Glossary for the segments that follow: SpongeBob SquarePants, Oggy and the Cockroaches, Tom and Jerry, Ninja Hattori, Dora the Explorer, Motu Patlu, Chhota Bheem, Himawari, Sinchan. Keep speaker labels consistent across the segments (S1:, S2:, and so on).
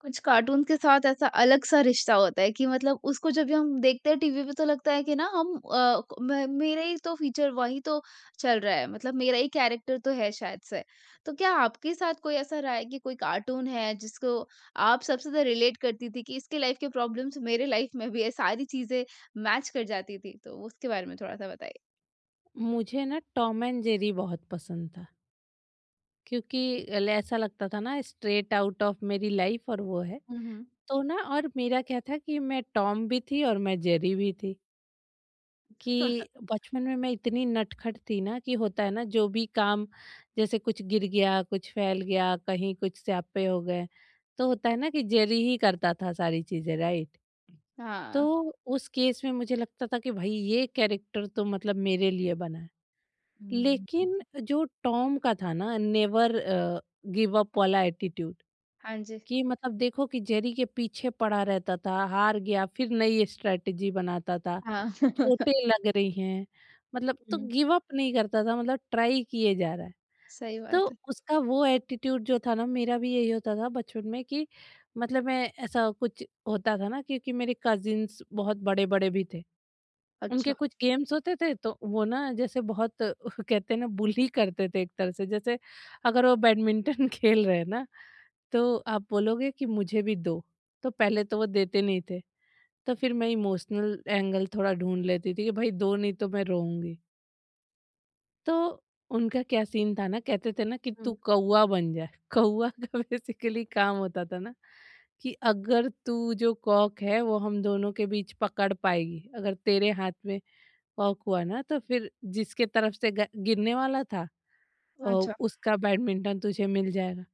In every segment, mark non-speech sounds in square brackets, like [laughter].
S1: कुछ कार्टून के साथ ऐसा अलग सा रिश्ता होता है कि मतलब उसको जब भी हम देखते हैं टीवी पे तो लगता है कि ना हम मेरा ही तो फीचर वही तो चल रहा है मतलब मेरा ही कैरेक्टर तो है शायद से। तो क्या आपके साथ कोई ऐसा रहा है कि कोई कार्टून है जिसको आप सबसे ज्यादा रिलेट करती थी कि इसके लाइफ के प्रॉब्लम्स मेरे लाइफ में भी है सारी चीजें मैच कर जाती थी तो उसके बारे में थोड़ा सा बताइए।
S2: मुझे ना टॉम एंड जेरी बहुत पसंद था, क्योंकि ऐसा लगता था ना स्ट्रेट आउट ऑफ मेरी लाइफ, और वो है।
S1: हम्म।
S2: तो ना और मेरा क्या था कि मैं टॉम भी थी और मैं जेरी भी थी। कि
S1: [laughs]
S2: बचपन में मैं इतनी नटखट थी ना कि होता है ना, जो भी काम, जैसे कुछ गिर गया, कुछ फैल गया, कहीं कुछ स्यापे हो गए, तो होता है ना कि जेरी ही करता था सारी चीजें, राइट। तो
S1: हाँ।
S2: उस केस में मुझे लगता था कि भाई ये कैरेक्टर तो मतलब मेरे लिए बना है।
S1: हम्म,
S2: लेकिन जो टॉम का था ना, नेवर गिव अप वाला एटीट्यूड।
S1: हाँ जी।
S2: कि मतलब देखो कि जेरी के पीछे पड़ा रहता था, हार गया, फिर नई स्ट्रेटजी बनाता था,
S1: हाँ। [laughs]
S2: चोटें लग रही हैं, मतलब तो
S1: हम्म,
S2: गिव अप नहीं करता था, मतलब ट्राई किए जा रहा है।
S1: सही
S2: तो
S1: बात है।
S2: उसका वो एटीट्यूड जो था ना, मेरा भी यही होता था बचपन में। कि मतलब मैं, ऐसा कुछ होता था ना, क्योंकि मेरे कजिन्स बहुत बड़े बड़े भी थे। उनके
S1: अच्छा।
S2: कुछ गेम्स होते थे, तो वो ना जैसे बहुत [laughs] कहते हैं ना, बुली करते थे एक तरह से। जैसे अगर वो बैडमिंटन [laughs] खेल रहे हैं ना, तो आप बोलोगे कि मुझे भी दो। तो पहले तो वो देते नहीं थे। तो फिर मैं इमोशनल एंगल थोड़ा ढूंढ लेती थी कि भाई दो, नहीं तो मैं रोऊंगी। तो उनका क्या सीन था ना, कहते थे ना कि
S1: हम्म।
S2: तू कौआ बन जा। [laughs] कौआ का बेसिकली काम होता था ना कि अगर तू, जो कॉक है वो हम दोनों के बीच पकड़ पाएगी, अगर तेरे हाथ में कॉक हुआ ना, तो फिर जिसके तरफ से गिरने वाला था,
S1: अच्छा।
S2: उसका बैडमिंटन तुझे मिल जाएगा।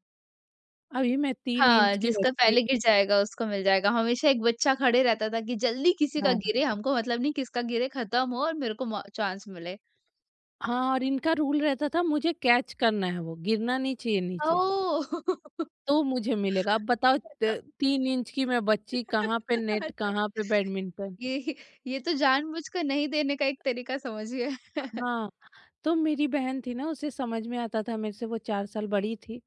S2: अभी मैं तीन
S1: हाँ,
S2: इंच की
S1: जिसका
S2: बच्ची।
S1: पहले गिर जाएगा उसको मिल जाएगा। हमेशा एक बच्चा खड़े रहता था कि जल्दी किसी का
S2: हाँ,
S1: गिरे, हमको मतलब नहीं किसका गिरे खत्म हो और मेरे को मौ चांस मिले।
S2: हाँ, और इनका रूल रहता था, मुझे कैच करना है, वो गिरना नहीं चाहिए नीचे।
S1: ओह! [laughs]
S2: तो मुझे मिलेगा, अब बताओ
S1: तो
S2: तीन इंच की मैं बच्ची, कहाँ पे
S1: [laughs]
S2: नेट,
S1: अच्छा,
S2: कहाँ पे बैडमिंटन।
S1: ये ये तो जानबूझकर नहीं देने का एक तरीका समझिए। [laughs]
S2: हाँ। तो मेरी बहन थी ना, उसे समझ में आता था, मेरे से वो 4 साल बड़ी थी।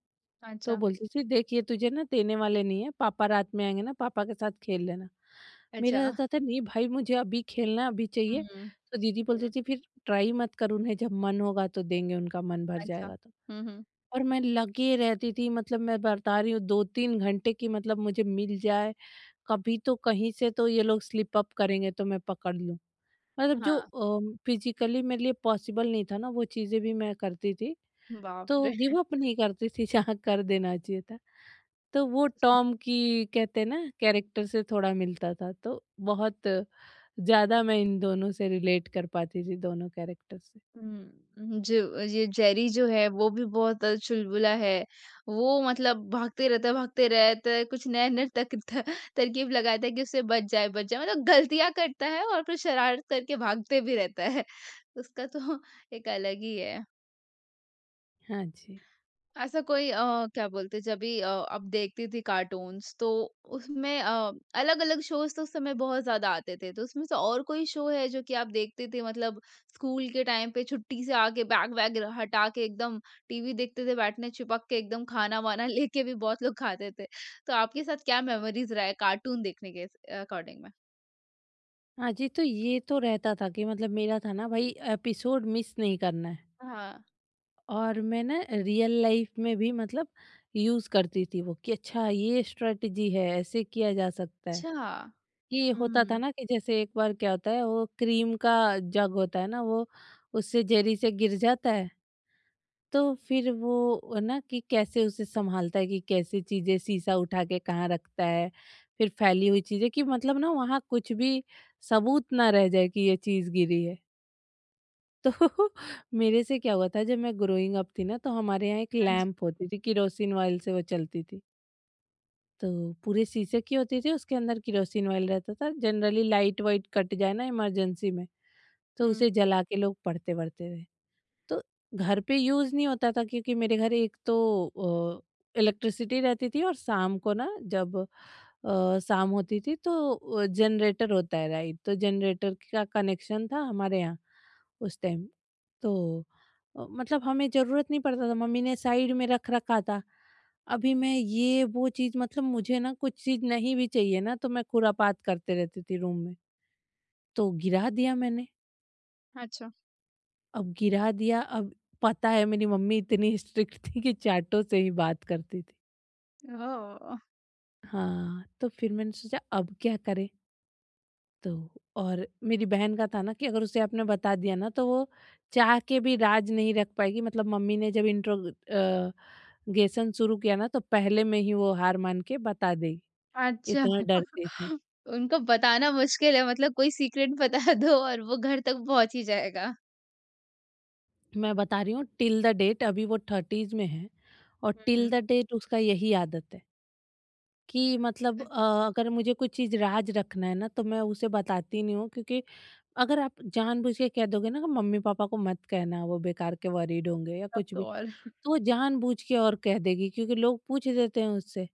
S2: तो
S1: अच्छा,
S2: बोलती थी, देखिए तुझे ना देने वाले नहीं है, पापा रात में आएंगे ना, पापा के साथ खेल लेना। मेरा
S1: अच्छा।
S2: रहता था नहीं भाई, मुझे अभी खेलना है, अभी
S1: हुँ,
S2: चाहिए। तो दीदी
S1: हुँ,
S2: बोलती थी फिर, ट्राई मत कर, उन्हें जब मन होगा तो देंगे, उनका मन भर
S1: अच्छा।
S2: जाएगा तो।
S1: हुँ, हुँ।
S2: और मैं लगी रहती थी, मतलब मैं बता रही हूँ, 2-3 घंटे की, मतलब मुझे मिल जाए, कभी तो कहीं से तो ये लोग स्लिप अप करेंगे, तो मैं पकड़ लूं। मतलब जो
S1: हाँ,
S2: फिजिकली मेरे लिए पॉसिबल नहीं था ना, वो चीज़ें भी मैं करती थी।
S1: बाप
S2: तो
S1: रे!
S2: गिव अप नहीं करती थी [laughs] जहाँ कर देना चाहिए था। तो वो टॉम की कहते हैं ना कैरेक्टर से थोड़ा मिलता था। तो बहुत ज़्यादा मैं इन दोनों से रिलेट कर पाती थी, दोनों कैरेक्टर से।
S1: हुँ, जो ये जेरी जो है वो भी बहुत चुलबुला है। वो मतलब भागते रहता है, कुछ नए-नए तक त तरकीब लगाता है कि उससे बच जाए मतलब गलतियाँ करता है और फिर शरारत करके भागते भी रहता है। [laughs] उसका तो एक अलग ही है।
S2: हाँ जी।
S1: ऐसा कोई क्या बोलते जब भी अब देखती थी कार्टून्स तो उसमें अलग अलग शोज तो उस समय बहुत ज्यादा आते थे तो उसमें से और कोई शो है जो कि आप देखते थे मतलब स्कूल के टाइम पे छुट्टी से आके बैग वैग हटा के एकदम टीवी देखते थे बैठने चिपक के एकदम खाना वाना [laughs] लेके भी बहुत लोग खाते थे। तो आपके साथ क्या मेमोरीज रहा है कार्टून देखने के अकॉर्डिंग में?
S2: हाँ जी, तो ये तो रहता था कि मतलब मेरा था ना भाई, एपिसोड मिस नहीं करना है।
S1: हाँ।
S2: और मैं ना रियल लाइफ में भी मतलब यूज़ करती थी वो, कि अच्छा ये स्ट्रैटेजी है, ऐसे किया जा सकता है।
S1: अच्छा।
S2: ये होता था
S1: हम्म।
S2: ना कि जैसे एक बार क्या होता है, वो क्रीम का जग होता है ना, वो उससे जेरी से गिर जाता है। तो फिर वो ना कि कैसे उसे संभालता है, कि कैसे चीजें शीशा उठा के कहाँ रखता है, फिर फैली हुई चीजें, कि मतलब ना वहाँ कुछ भी सबूत ना रह जाए कि ये चीज गिरी है। तो [laughs] मेरे से क्या हुआ था, जब मैं ग्रोइंग अप थी ना, तो हमारे यहाँ एक
S1: हाँ जी।
S2: लैंप होती थी, किरोसिन ऑयल से वो चलती थी। तो पूरे शीशे की होती थी, उसके अंदर केरोसिन ऑयल रहता था, जनरली लाइट वाइट कट जाए ना इमरजेंसी में, तो
S1: हम्म।
S2: उसे जला के लोग पढ़ते वढ़ते थे। तो घर पे यूज़ नहीं होता था, क्योंकि मेरे घर एक तो इलेक्ट्रिसिटी रहती थी, और शाम को ना, जब शाम होती थी तो जनरेटर होता है राइट, तो जनरेटर का कनेक्शन था हमारे यहाँ उस टाइम। तो मतलब हमें ज़रूरत नहीं पड़ता था, मम्मी ने साइड में रख रखा था। अभी मैं ये वो चीज़, मतलब मुझे ना कुछ चीज़ नहीं भी चाहिए ना, तो मैं खुरापात करते रहती थी रूम में। तो गिरा दिया मैंने।
S1: अच्छा।
S2: अब गिरा दिया, अब पता है मेरी मम्मी इतनी स्ट्रिक्ट थी कि चाटों से ही बात करती थी।
S1: ओह।
S2: हाँ, तो फिर मैंने सोचा अब क्या करें? तो और मेरी बहन का था ना कि अगर उसे आपने बता दिया ना, तो वो चाह के भी राज नहीं रख पाएगी, मतलब मम्मी ने जब इंट्रो गेसन शुरू किया ना, तो पहले में ही वो हार मान के बता देगी,
S1: अच्छा।
S2: इतना डरती थी।
S1: उनको बताना मुश्किल है मतलब कोई सीक्रेट [laughs] बता दो और वो घर तक पहुँच ही जाएगा।
S2: मैं बता रही हूँ, टिल द डेट अभी वो 30s में है, और
S1: हुँ,
S2: टिल
S1: हुँ।
S2: द डेट उसका यही आदत है। कि मतलब अगर मुझे कोई चीज राज रखना है ना, तो मैं उसे बताती नहीं हूँ, क्योंकि अगर आप जानबूझ के कह दोगे ना कि मम्मी पापा को मत कहना, वो बेकार के वरीड होंगे या
S1: तब
S2: कुछ
S1: तो
S2: भी,
S1: और।
S2: तो वो जानबूझ के और कह देगी, क्योंकि लोग पूछ देते हैं उससे।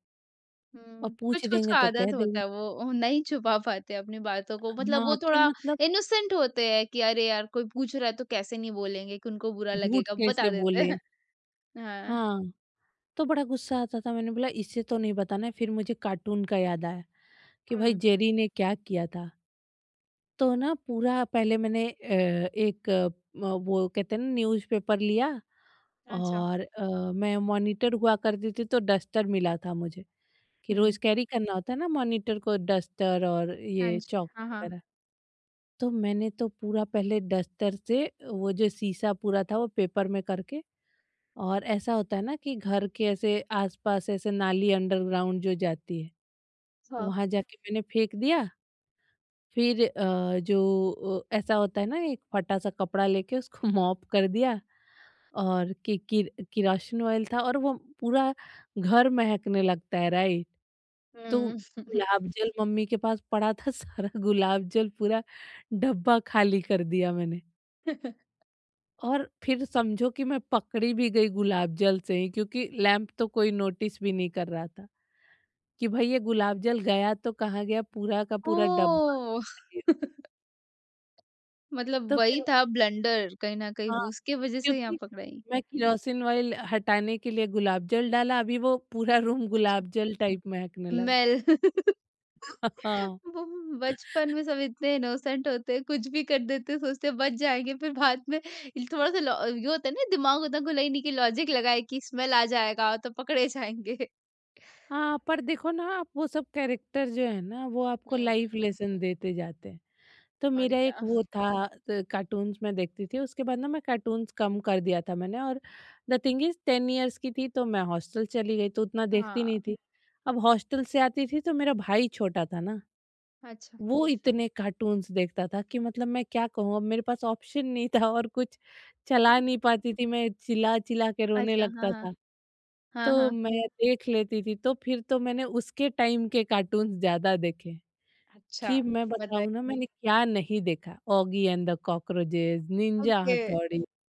S2: और
S1: हुँ,
S2: पूछ
S1: कुछ-कुछ का
S2: देंगे तो कह
S1: आदत होता
S2: देगी
S1: है वो नहीं छुपा पाते अपनी बातों को मतलब वो
S2: हाँ, कि
S1: थोड़ा
S2: मतलब
S1: इनोसेंट होते हैं कि अरे यार कोई पूछ रहा है तो कैसे नहीं बोलेंगे कि उनको बुरा
S2: झूठ
S1: लगेगा बता
S2: कैसे
S1: देते
S2: बोले।
S1: हैं। [laughs] हाँ।
S2: हाँ। तो बड़ा गुस्सा आता था, मैंने बोला इससे तो नहीं बताना है, फिर मुझे कार्टून का याद आया कि भाई
S1: हुँ,
S2: जेरी ने क्या किया था। तो ना, पूरा पहले मैंने एक म वो कहते हैं ना न्यूज़पेपर लिया।
S1: अच्छा।
S2: और मैं मॉनिटर हुआ करती थी तो डस्टर मिला था मुझे, कि
S1: हुँ,
S2: रोज़ कैरी करना होता है ना, मॉनिटर को डस्टर और
S1: हाँ
S2: ये
S1: जी,
S2: चॉक
S1: हाँ, हाँ।
S2: वगैरह। तो मैंने तो पूरा पहले डस्टर से वो जो शीशा पूरा था, वो पेपर में करके, और ऐसा होता है ना कि घर के ऐसे आस-पास ऐसे नाली अंडरग्राउंड जो जाती है,
S1: हाँ,
S2: वहाँ जाके मैंने फेंक दिया। फिर जो, ऐसा होता है ना, एक फटा सा कपड़ा लेके उसको [laughs] मॉप कर दिया। और किरोसिन ऑयल था और वो पूरा घर महकने लगता है राइट। तो
S1: हुँ।
S2: गुलाब [laughs] जल मम्मी के पास पड़ा था, सारा [laughs] गुलाब जल पूरा डब्बा खाली कर दिया मैंने। और फिर समझो कि मैं पकड़ी भी गई गुलाब जल से ही, क्योंकि लैंप तो कोई नोटिस भी नहीं कर रहा था, कि भाई ये गुलाब जल गया तो कहाँ गया, पूरा का पूरा डब्बा
S1: ओह!
S2: खाली हो गया।
S1: [laughs] [laughs] मतलब
S2: तो
S1: वही
S2: फिर
S1: था ब्लंडर कहीं न कहीं
S2: हाँ,
S1: वो उसके वज़ह से यहाँ
S2: क्योंकि
S1: पकड़ाई।
S2: मैं केरोसिन ऑयल हटाने के लिए गुलाब जल डाला, अभी वो पूरा रूम
S1: अच्छा।
S2: गुलाब जल टाइप महकने लगा।
S1: स्मेल। [laughs]
S2: [laughs] हाँ,
S1: वो बचपन में सब इतने इनोसेंट होते हैं, कुछ भी कर देते हैं, सोचते हैं बच जाएँगे, फिर बाद में थोड़ा-सा लॉ ये होता है ना दिमाग उतना खुला ही नहीं कि लॉजिक लगाए कि स्मेल आ जाएगा तो पकड़े [laughs] जाएँगे।
S2: हाँ, पर देखो ना, आप वो सब कैरेक्टर जो है ना, वो आपको
S1: हुँ,
S2: लाइफ लेसन देते जाते हैं। तो
S1: और
S2: मेरा एक
S1: क्या।
S2: वो था, कार्टून्स मैं देखती थी, उसके बाद ना मैं कार्टून्स कम कर दिया था मैंने। और द थिंग इज़ 10 इयर्स की थी, तो मैं हॉस्टल चली गई, तो उतना देखती नहीं
S1: हाँ,
S2: थी। अब हॉस्टल से आती थी तो मेरा भाई छोटा था ना।
S1: अच्छा।
S2: वो इतने कार्टून्स देखता था कि मतलब मैं क्या कहूँ, अब मेरे पास ऑप्शन नहीं था, और कुछ चला नहीं पाती थी मैं, चिल्ला-चिल्ला के रोने
S1: अच्छा, हाँ,
S2: लगता
S1: हाँ।
S2: था।
S1: हाँ,
S2: तो
S1: हाँ।
S2: मैं देख लेती थी, तो फिर तो मैंने उसके टाइम के कार्टून्स ज़्यादा देखे।
S1: अच्छा,
S2: कि मैं
S1: बताइए।
S2: बताऊँ ना मैंने क्या नहीं देखा, Oggy and the cockroaches, ninja
S1: okay.
S2: Hattori. [laughs]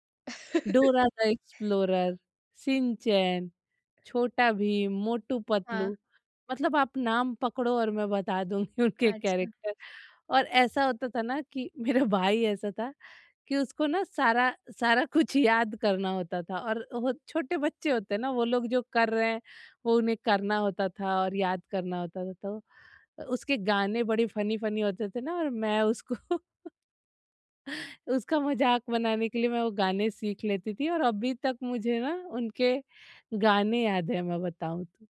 S2: Dora the explorer, Shinchan, छोटा भीम, मोटू
S1: हाँ,
S2: पतलू, मतलब आप नाम पकड़ो और मैं बता दूंगी [laughs] उनके
S1: अच्छा।
S2: कैरेक्टर। और ऐसा होता था ना कि मेरा भाई ऐसा था कि उसको ना सारा सारा कुछ याद करना होता था, और वो छोटे बच्चे होते हैं ना, वो लोग जो कर रहे हैं वो उन्हें करना होता था और याद करना होता था, तो उसके गाने बड़े फनी फनी होते थे ना, और मैं उसको, उसका मज़ाक बनाने के लिए मैं वो गाने सीख लेती थी, और अभी तक मुझे ना उनके गाने याद है, मैं बताऊँ तो।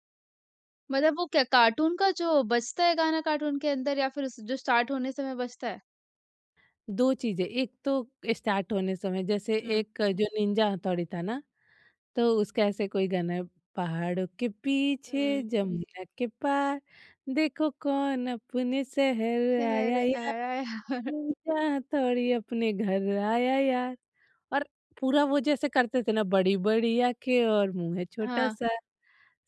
S1: मतलब वो क्या कार्टून का जो बजता है गाना कार्टून के अंदर या फिर उस जो स्टार्ट होने समय बजता है?
S2: दो चीज़ें, एक तो स्टार्ट होने समय, जैसे
S1: हुँ,
S2: एक जो निंजा हथौड़ी था ना, तो उसका ऐसे कोई गाना है, पहाड़ों के पीछे
S1: हुँ।
S2: हुँ। जमुना के पार, देखो कौन अपने शहर
S1: शहर
S2: आया यार,
S1: आया। [laughs]
S2: निंजा हथौड़ी अपने घर आया यार। और पूरा वो जैसे करते थे ना, बड़ी-बड़ी आँखें और मुँह है
S1: हाँ।
S2: छोटा-सा।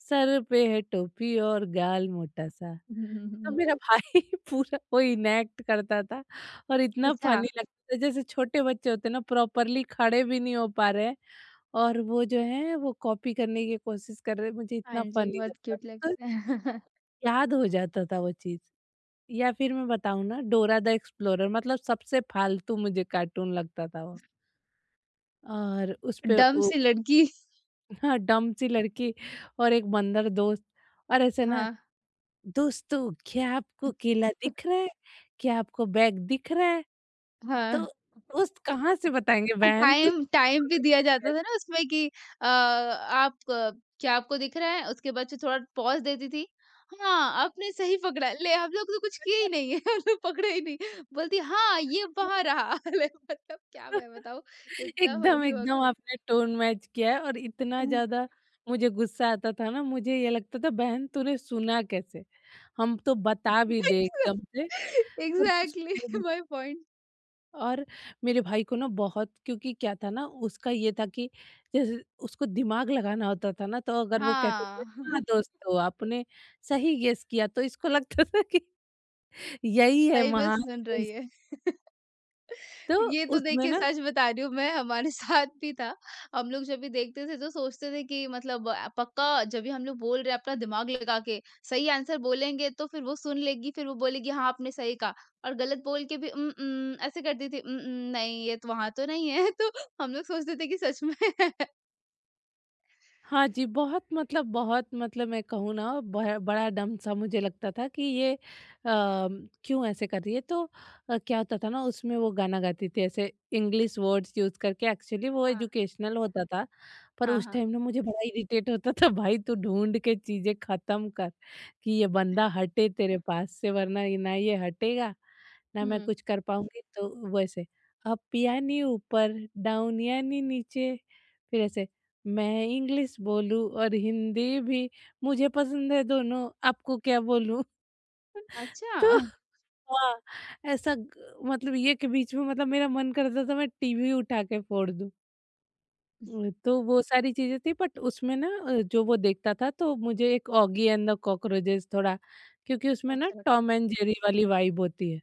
S2: सर पे है टोपी और गाल मोटा सा। तो मेरा भाई [laughs] पूरा वो इनैक्ट करता था, और इतना
S1: अच्छा,
S2: फ़नी लगता था, जैसे छोटे बच्चे होते हैं ना, प्रॉपरली खड़े भी नहीं हो पा रहे हैं, और वो जो है वो कॉपी करने की कोशिश कर रहे हैं, मुझे
S1: हाँ
S2: इतना
S1: जी,
S2: फ़नी
S1: बहुत
S2: लगता
S1: क्यूट
S2: था। तो
S1: लगता है। [laughs]
S2: याद हो जाता था वो चीज़। या फिर मैं बताऊँ ना, डोरा द एक्सप्लोरर मतलब सबसे फालतू मुझे कार्टून लगता था वो। और उसपे [laughs]
S1: डम
S2: वो,
S1: सी लड़की।
S2: हाँ, डम्ब सी लड़की, और एक बंदर दोस्त, और ऐसे ना,
S1: हाँ।
S2: दोस्तों क्या आपको केला दिख रहा है? क्या आपको बैग दिख रहा है?
S1: हाँ,
S2: तो दोस्त कहाँ से बताएँगे
S1: और
S2: बहन तुम।
S1: टाइम टाइम भी दिया जाता
S2: [laughs]
S1: था ना उसमें कि आप क्या आपको दिख रहा है? उसके बाद से थोड़ा पॉज़ देती थी। हाँ, आपने सही पकड़ा। ले हम लोग तो कुछ किए ही नहीं है, [laughs] हम लोग पकड़े ही नहीं। बोलती हाँ, ये वहाँ रहा। [laughs] ले मतलब क्या मैं बताऊँ, इतना
S2: एकदम,
S1: फनी वक़्त।
S2: एकदम आपने टोन मैच किया है, और इतना ज़्यादा मुझे गुस्सा आता था ना, मुझे ये लगता था, बहन तूने सुना कैसे? हम तो बता भी दें एकदम से पर तू
S1: एग्ज़ैक्टली
S2: सुने
S1: [laughs]
S2: भी।
S1: My point.
S2: और मेरे भाई को ना बहुत, क्योंकि क्या था ना, उसका ये था कि जैसे उसको दिमाग लगाना होता था ना, तो अगर वो कहते थे
S1: हाँ,
S2: हाँ
S1: [laughs]
S2: दोस्तों आपने सही गेस किया, तो इसको लगता था कि यही है
S1: सही में
S2: महान
S1: सुन रही
S2: चॉइस।
S1: है।
S2: तो
S1: ये तो
S2: उसमें
S1: देखिए
S2: ना
S1: सच बता रही हूँ मैं हमारे [laughs] साथ भी था। हम लोग जब भी देखते थे तो सोचते थे कि मतलब पक्का जब भी हम लोग बोल रहे हैं अपना दिमाग लगा के सही आंसर बोलेंगे तो फिर वो सुन लेगी, फिर वो बोलेगी हाँ, आपने सही कहा। और गलत बोल के भी उम, उम, ऐसे करती थी। उम, उम, नहीं ये तो वहाँ तो नहीं है। [laughs] तो हम लोग सोचते थे कि सच में [laughs] है।
S2: हाँ जी, बहुत मतलब मैं कहूँ ना, बह बड़ा डम सा मुझे लगता था कि ये क्यों ऐसे कर रही है? तो क्या होता था ना, उसमें वो गाना गाती थी ऐसे इंग्लिश वर्ड्स यूज़ करके। एक्चुअली वो
S1: हाँ।
S2: एजुकेशनल होता था। पर
S1: हाँ,
S2: उस
S1: हाँ।
S2: टाइम ना मुझे बड़ा इरिटेट होता था, भाई तू ढूँढ के चीज़ें ख़त्म कर कि ये बंदा हटे तेरे पास से, वरना ये ना, ये हटेगा ना मैं
S1: हुँ,
S2: कुछ कर पाऊँगी। तो वैसे, "अप यानी ऊपर, डाउन यानी नीचे", फिर ऐसे मैं इंग्लिश बोलूँ और हिंदी भी। मुझे पसंद है दोनों, आपको क्या बोलूँ? [laughs]
S1: अच्छा।
S2: तो हाँ, ऐसा ग मतलब ये के बीच में, मतलब मेरा मन करता था मैं टीवी उठा के फोड़ दूँ। तो वो सारी चीज़ें थी। बट उसमें ना जो वो देखता था तो मुझे एक ऑगी एंड द कॉकरोचेस थोड़ा, क्योंकि उसमें ना
S1: अच्छा लगता
S2: टॉम
S1: है।
S2: एंड जेरी वाली वाइब होती है।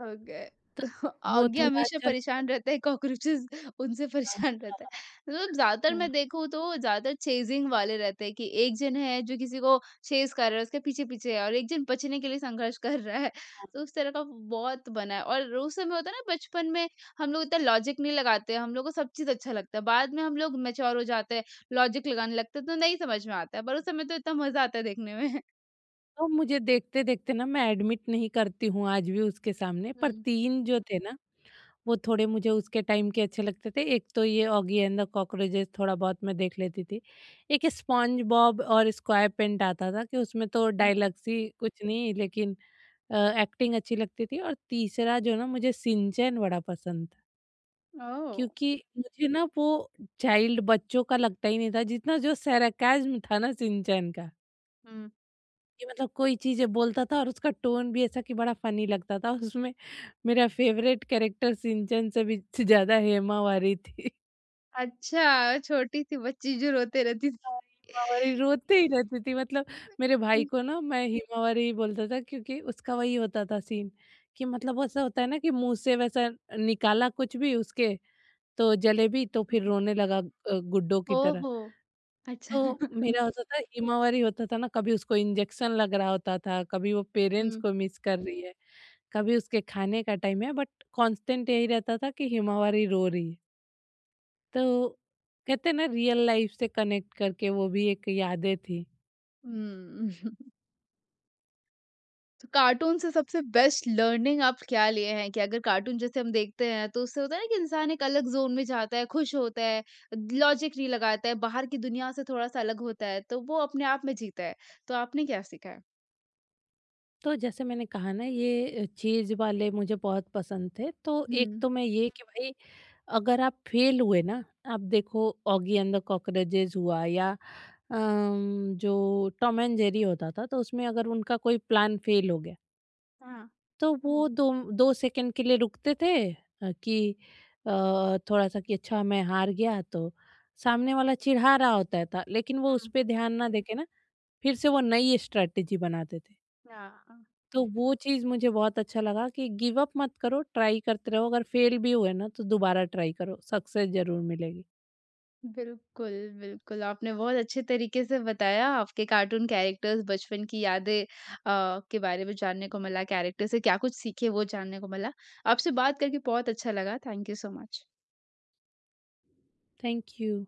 S1: हो गए। तो
S2: वो
S1: आगे
S2: थोड़ा
S1: हमेशा
S2: अच्छा लगता था।
S1: परेशान रहता है कॉकरोचेज़ उनसे
S2: हाँ,
S1: परेशान रहता है।
S2: हाँ।
S1: मतलब ज़्यादातर मैं
S2: हाँ।
S1: देखूँ तो ज़्यादातर चेज़िंग वाले रहते हैं कि एक जन है जो किसी को चेज़ कर रहा है, उसके पीछे-पीछे है और एक जन बचने के लिए संघर्ष कर रहा है। तो उस तरह का बहुत बना है और उस समय होता है ना बचपन में हम लोग इतना लॉजिक नहीं लगाते हैं, हम लोग को सब चीज़ अच्छा लगता है। बाद में हम लोग मैच्योर हो जाते हैं, लॉजिक लगाने लगते हैं तो नहीं समझ में आता है, पर उस समय तो इतना मज़ा आता है देखने में।
S2: तो मुझे देखते-देखते ना, मैं एडमिट नहीं करती हूँ आज भी उसके सामने,
S1: हुँ।
S2: पर 3 जो थे ना वो थोड़े मुझे उसके टाइम के अच्छे लगते थे। एक तो ये ऑगी एंड द कॉकरोचेस थोड़ा बहुत मैं देख लेती थी। एक स्पंज बॉब और स्क्वायरपेंट आता था कि उसमें तो
S1: अच्छा।
S2: डायलॉग्स ही कुछ नहीं, लेकिन अ, एक्टिंग अच्छी लगती थी। और तीसरा जो ना, मुझे शिनचैन बड़ा पसंद था,
S1: ओह!
S2: क्योंकि मुझे ना वो चाइल्ड बच्चों का लगता ही नहीं था जितना जो सरकास्म था ना शिनचैन का।
S1: हुँ।
S2: कि मतलब कोई चीज़ें बोलता था और उसका टोन भी ऐसा कि बड़ा फ़नी लगता था। उसमें मेरा फ़ेवरेट कैरेक्टर सिंचन से भी ज़्यादा हेमावारी थी।
S1: अच्छा, छोटी-सी बच्ची जो रोते रहती थी।
S2: हाँ, हिमावरी रोते ही रहती थी। मतलब मेरे भाई को ना मैं हिमावरी ही बोलता था, क्योंकि उसका वही होता था सीन कि मतलब ऐसा होता है ना कि मुँह से वैसा निकाला कुछ भी उसके, तो जलेबी तो फिर रोने लगा गुड्डो की तरह।
S1: ओहो!
S2: तो
S1: अच्छा।
S2: मेरा होता था हिमावरी होता था ना, कभी उसको इंजेक्शन लग रहा होता था, कभी वो पेरेंट्स
S1: हुँ।
S2: को मिस कर रही है। कभी उसके खाने का टाइम है, बट कांस्टेंट यही रहता था कि हिमावरी रो रही है। तो कहते हैं ना रियल लाइफ से कनेक्ट करके, वो भी एक यादें थी।
S1: हुँ। [laughs] तो कार्टून से सबसे बेस्ट लर्निंग आप क्या लिए हैं कि अगर कार्टून जैसे हम देखते हैं तो उससे होता है ना कि इंसान एक अलग ज़ोन में जाता है, खुश होता है, लॉजिक नहीं लगाता है, बाहर की दुनिया से थोड़ा-सा अलग होता है, तो वो अपने आप में जीता है। तो आपने क्या सीखा है?
S2: तो जैसे मैंने कहा ना ये चीज वाले मुझे बहुत पसंद थे, तो
S1: हुँ।
S2: एक तो मैं ये कि भाई अगर आप फेल हुए ना, आप देखो ऑगी एंड द कॉकरोचेज हुआ या जो टॉम एंड जेरी होता था, तो उसमें अगर उनका कोई प्लान फेल हो गया
S1: हाँ।
S2: तो वो 2 सेकंड के लिए रुकते थे कि अ, थोड़ा-सा कि अच्छा मैं हार गया, तो सामने वाला चिढ़ा रहा होता था, लेकिन वो
S1: हुँ।
S2: उसपे ध्यान ना देके ना फिर से वो नई स्ट्रैटेजी बनाते थे।
S1: हाँ।
S2: तो वो चीज़ मुझे बहुत अच्छा लगा कि गिव अप मत करो, ट्राई करते रहो, अगर फेल भी हुए ना तो दोबारा ट्राई करो, सक्सेस ज़रूर मिलेगी।
S1: बिल्कुल, बिल्कुल, आपने बहुत अच्छे तरीके से बताया आपके कार्टून कैरेक्टर्स, बचपन की यादें के बारे में जानने को मिला, कैरेक्टर से क्या कुछ सीखे वो जानने को मिला। आपसे बात करके बहुत अच्छा लगा, thank you so much.
S2: Thank you.